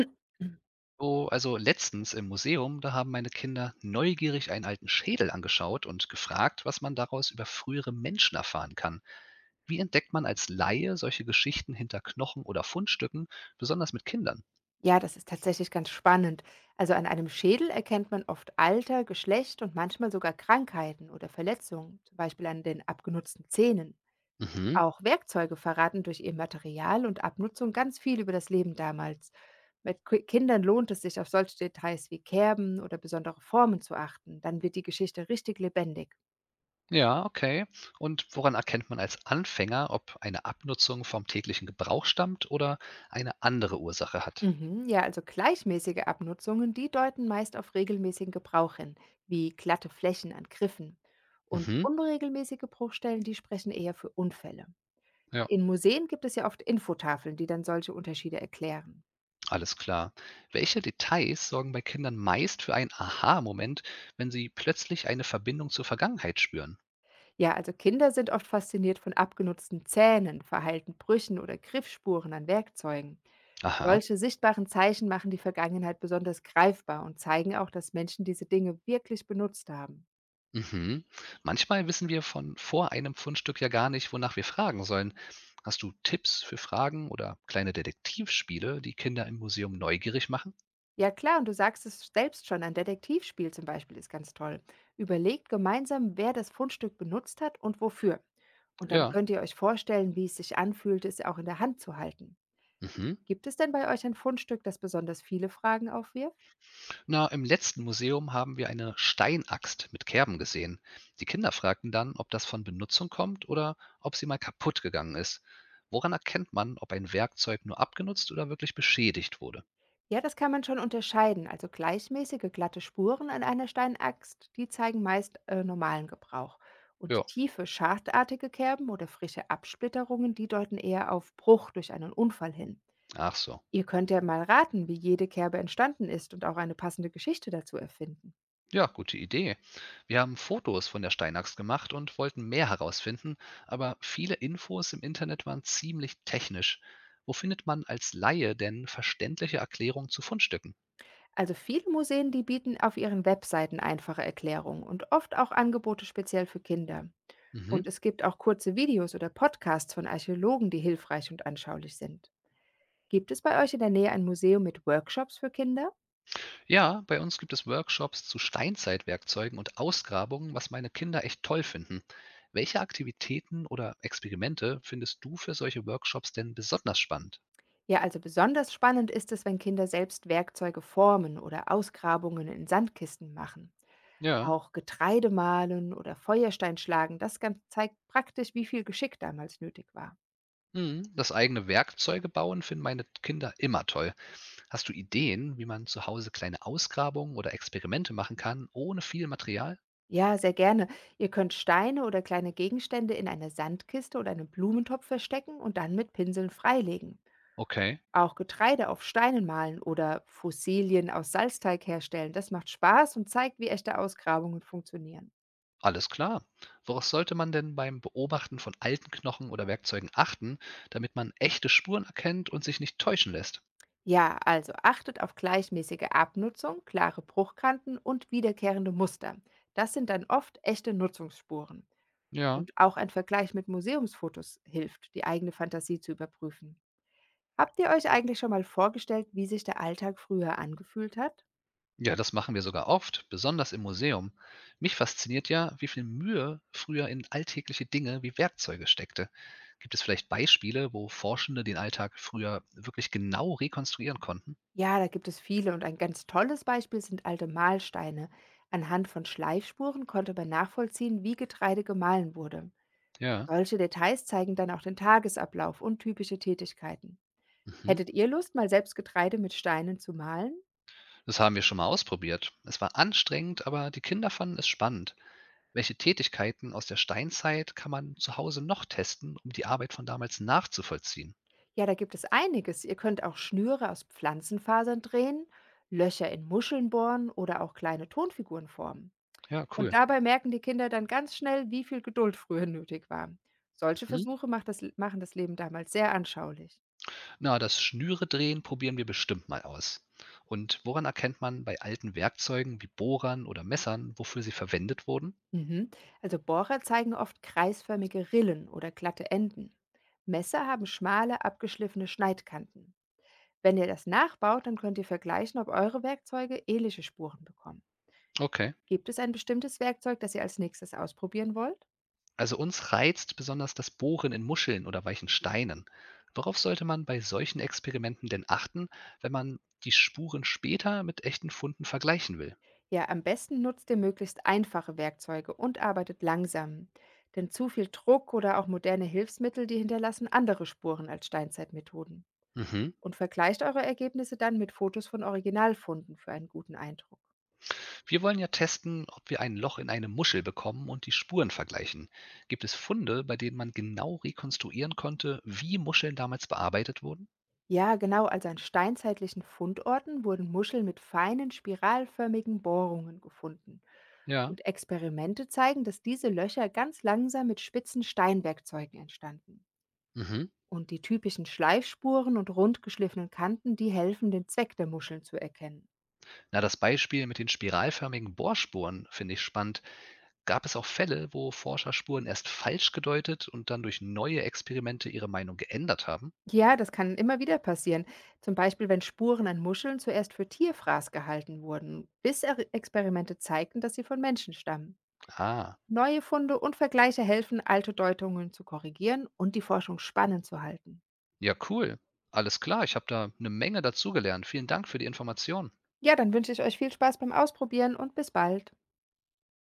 Mhm. Oh, also letztens im Museum, da haben meine Kinder neugierig einen alten Schädel angeschaut und gefragt, was man daraus über frühere Menschen erfahren kann. Wie entdeckt man als Laie solche Geschichten hinter Knochen oder Fundstücken, besonders mit Kindern? Ja, das ist tatsächlich ganz spannend. Also an einem Schädel erkennt man oft Alter, Geschlecht und manchmal sogar Krankheiten oder Verletzungen, zum Beispiel an den abgenutzten Zähnen. Mhm. Auch Werkzeuge verraten durch ihr Material und Abnutzung ganz viel über das Leben damals. Mit Ki Kindern lohnt es sich, auf solche Details wie Kerben oder besondere Formen zu achten. Dann wird die Geschichte richtig lebendig. Ja, okay. Und woran erkennt man als Anfänger, ob eine Abnutzung vom täglichen Gebrauch stammt oder eine andere Ursache hat? Mhm, ja, also gleichmäßige Abnutzungen, die deuten meist auf regelmäßigen Gebrauch hin, wie glatte Flächen an Griffen. Und Mhm. unregelmäßige Bruchstellen, die sprechen eher für Unfälle. Ja. In Museen gibt es ja oft Infotafeln, die dann solche Unterschiede erklären. Alles klar. Welche Details sorgen bei Kindern meist für einen Aha-Moment, wenn sie plötzlich eine Verbindung zur Vergangenheit spüren? Ja, also Kinder sind oft fasziniert von abgenutzten Zähnen, verheilten Brüchen oder Griffspuren an Werkzeugen. Aha. Solche sichtbaren Zeichen machen die Vergangenheit besonders greifbar und zeigen auch, dass Menschen diese Dinge wirklich benutzt haben. Mhm. Manchmal wissen wir von vor einem Fundstück ja gar nicht, wonach wir fragen sollen. Hast du Tipps für Fragen oder kleine Detektivspiele, die Kinder im Museum neugierig machen? Ja klar, und du sagst es selbst schon, ein Detektivspiel zum Beispiel ist ganz toll. Überlegt gemeinsam, wer das Fundstück benutzt hat und wofür. Und dann Ja. könnt ihr euch vorstellen, wie es sich anfühlt, es auch in der Hand zu halten. Mhm. Gibt es denn bei euch ein Fundstück, das besonders viele Fragen aufwirft? Na, im letzten Museum haben wir eine Steinaxt mit Kerben gesehen. Die Kinder fragten dann, ob das von Benutzung kommt oder ob sie mal kaputt gegangen ist. Woran erkennt man, ob ein Werkzeug nur abgenutzt oder wirklich beschädigt wurde? Ja, das kann man schon unterscheiden. Also gleichmäßige glatte Spuren an einer Steinaxt, die zeigen meist normalen Gebrauch. Ja, Und tiefe, schachtartige Kerben oder frische Absplitterungen, die deuten eher auf Bruch durch einen Unfall hin. ach so. Ihr könnt ja mal raten, wie jede Kerbe entstanden ist und auch eine passende Geschichte dazu erfinden. Ja, gute Idee. Wir haben Fotos von der Steinaxt gemacht und wollten mehr herausfinden, aber viele Infos im Internet waren ziemlich technisch. Wo findet man als Laie denn verständliche Erklärungen zu Fundstücken? Also viele Museen, die bieten auf ihren Webseiten einfache Erklärungen und oft auch Angebote speziell für Kinder. Mhm. Und es gibt auch kurze Videos oder Podcasts von Archäologen, die hilfreich und anschaulich sind. Gibt es bei euch in der Nähe ein Museum mit Workshops für Kinder? Ja, bei uns gibt es Workshops zu Steinzeitwerkzeugen und Ausgrabungen, was meine Kinder echt toll finden. Welche Aktivitäten oder Experimente findest du für solche Workshops denn besonders spannend? Ja, also besonders spannend ist es, wenn Kinder selbst Werkzeuge formen oder Ausgrabungen in Sandkisten machen. Ja. Auch Getreide mahlen oder Feuerstein schlagen, das Ganze zeigt praktisch, wie viel Geschick damals nötig war. Mhm. Das eigene Werkzeuge bauen finden meine Kinder immer toll. Hast du Ideen, wie man zu Hause kleine Ausgrabungen oder Experimente machen kann, ohne viel Material? Ja, sehr gerne. Ihr könnt Steine oder kleine Gegenstände in einer Sandkiste oder einem Blumentopf verstecken und dann mit Pinseln freilegen. Okay, Auch Getreide auf Steinen malen oder Fossilien aus Salzteig herstellen, das macht Spaß und zeigt, wie echte Ausgrabungen funktionieren. alles klar. Worauf sollte man denn beim Beobachten von alten Knochen oder Werkzeugen achten, damit man echte Spuren erkennt und sich nicht täuschen lässt? Ja, also achtet auf gleichmäßige Abnutzung, klare Bruchkanten und wiederkehrende Muster. Das sind dann oft echte Nutzungsspuren. Ja. Und auch ein Vergleich mit Museumsfotos hilft, die eigene Fantasie zu überprüfen. Habt ihr euch eigentlich schon mal vorgestellt, wie sich der Alltag früher angefühlt hat? Ja, das machen wir sogar oft, besonders im Museum. Mich fasziniert ja, wie viel Mühe früher in alltägliche Dinge wie Werkzeuge steckte. Gibt es vielleicht Beispiele, wo Forschende den Alltag früher wirklich genau rekonstruieren konnten? Ja, da gibt es viele und ein ganz tolles Beispiel sind alte Mahlsteine. Anhand von Schleifspuren konnte man nachvollziehen, wie Getreide gemahlen wurde. Ja, Solche Details zeigen dann auch den Tagesablauf und typische Tätigkeiten. mhm. Hättet ihr Lust, mal selbst Getreide mit Steinen zu mahlen? Das haben wir schon mal ausprobiert. Es war anstrengend, aber die Kinder fanden es spannend. Welche Tätigkeiten aus der Steinzeit kann man zu Hause noch testen, um die Arbeit von damals nachzuvollziehen? Ja, da gibt es einiges. Ihr könnt auch Schnüre aus Pflanzenfasern drehen, Löcher in Muscheln bohren oder auch kleine Tonfiguren formen. Ja, Und cool. dabei merken die Kinder dann ganz schnell, wie viel Geduld früher nötig war. Solche Mhm. Machen das Leben damals sehr anschaulich. Na, das Schnüre drehen probieren wir bestimmt mal aus. Und woran erkennt man bei alten Werkzeugen wie Bohrern oder Messern, wofür sie verwendet wurden? Mhm. Also Bohrer zeigen oft kreisförmige Rillen oder glatte Enden. Messer haben schmale, abgeschliffene Schneidkanten. Wenn ihr das nachbaut, dann könnt ihr vergleichen, ob eure Werkzeuge ähnliche Spuren bekommen. Okay. Gibt es ein bestimmtes Werkzeug, das ihr als nächstes ausprobieren wollt? Also uns reizt besonders das Bohren in Muscheln oder weichen Steinen. Worauf sollte man bei solchen Experimenten denn achten, wenn man die Spuren später mit echten Funden vergleichen will? Ja, am besten nutzt ihr möglichst einfache Werkzeuge und arbeitet langsam. Denn zu viel Druck oder auch moderne Hilfsmittel, die hinterlassen andere Spuren als Steinzeitmethoden. Mhm. Und vergleicht eure Ergebnisse dann mit Fotos von Originalfunden für einen guten Eindruck. Wir wollen ja testen, ob wir ein Loch in eine Muschel bekommen und die Spuren vergleichen. Gibt es Funde, bei denen man genau rekonstruieren konnte, wie Muscheln damals bearbeitet wurden? Ja, genau, also an steinzeitlichen Fundorten wurden Muscheln mit feinen, spiralförmigen Bohrungen gefunden. Ja. Und Experimente zeigen, dass diese Löcher ganz langsam mit spitzen Steinwerkzeugen entstanden. Mhm. Und die typischen Schleifspuren und rundgeschliffenen Kanten, die helfen, den Zweck der Muscheln zu erkennen. Na, das Beispiel mit den spiralförmigen Bohrspuren finde ich spannend. Gab es auch Fälle, wo Forscher Spuren erst falsch gedeutet und dann durch neue Experimente ihre Meinung geändert haben? Ja, das kann immer wieder passieren. Zum Beispiel, wenn Spuren an Muscheln zuerst für Tierfraß gehalten wurden, bis Experimente zeigten, dass sie von Menschen stammen. Ah, Neue Funde und Vergleiche helfen, alte Deutungen zu korrigieren und die Forschung spannend zu halten. ja, cool. Alles klar, ich habe da eine Menge dazugelernt. Vielen Dank für die Information. Ja, dann wünsche ich euch viel Spaß beim Ausprobieren und bis bald.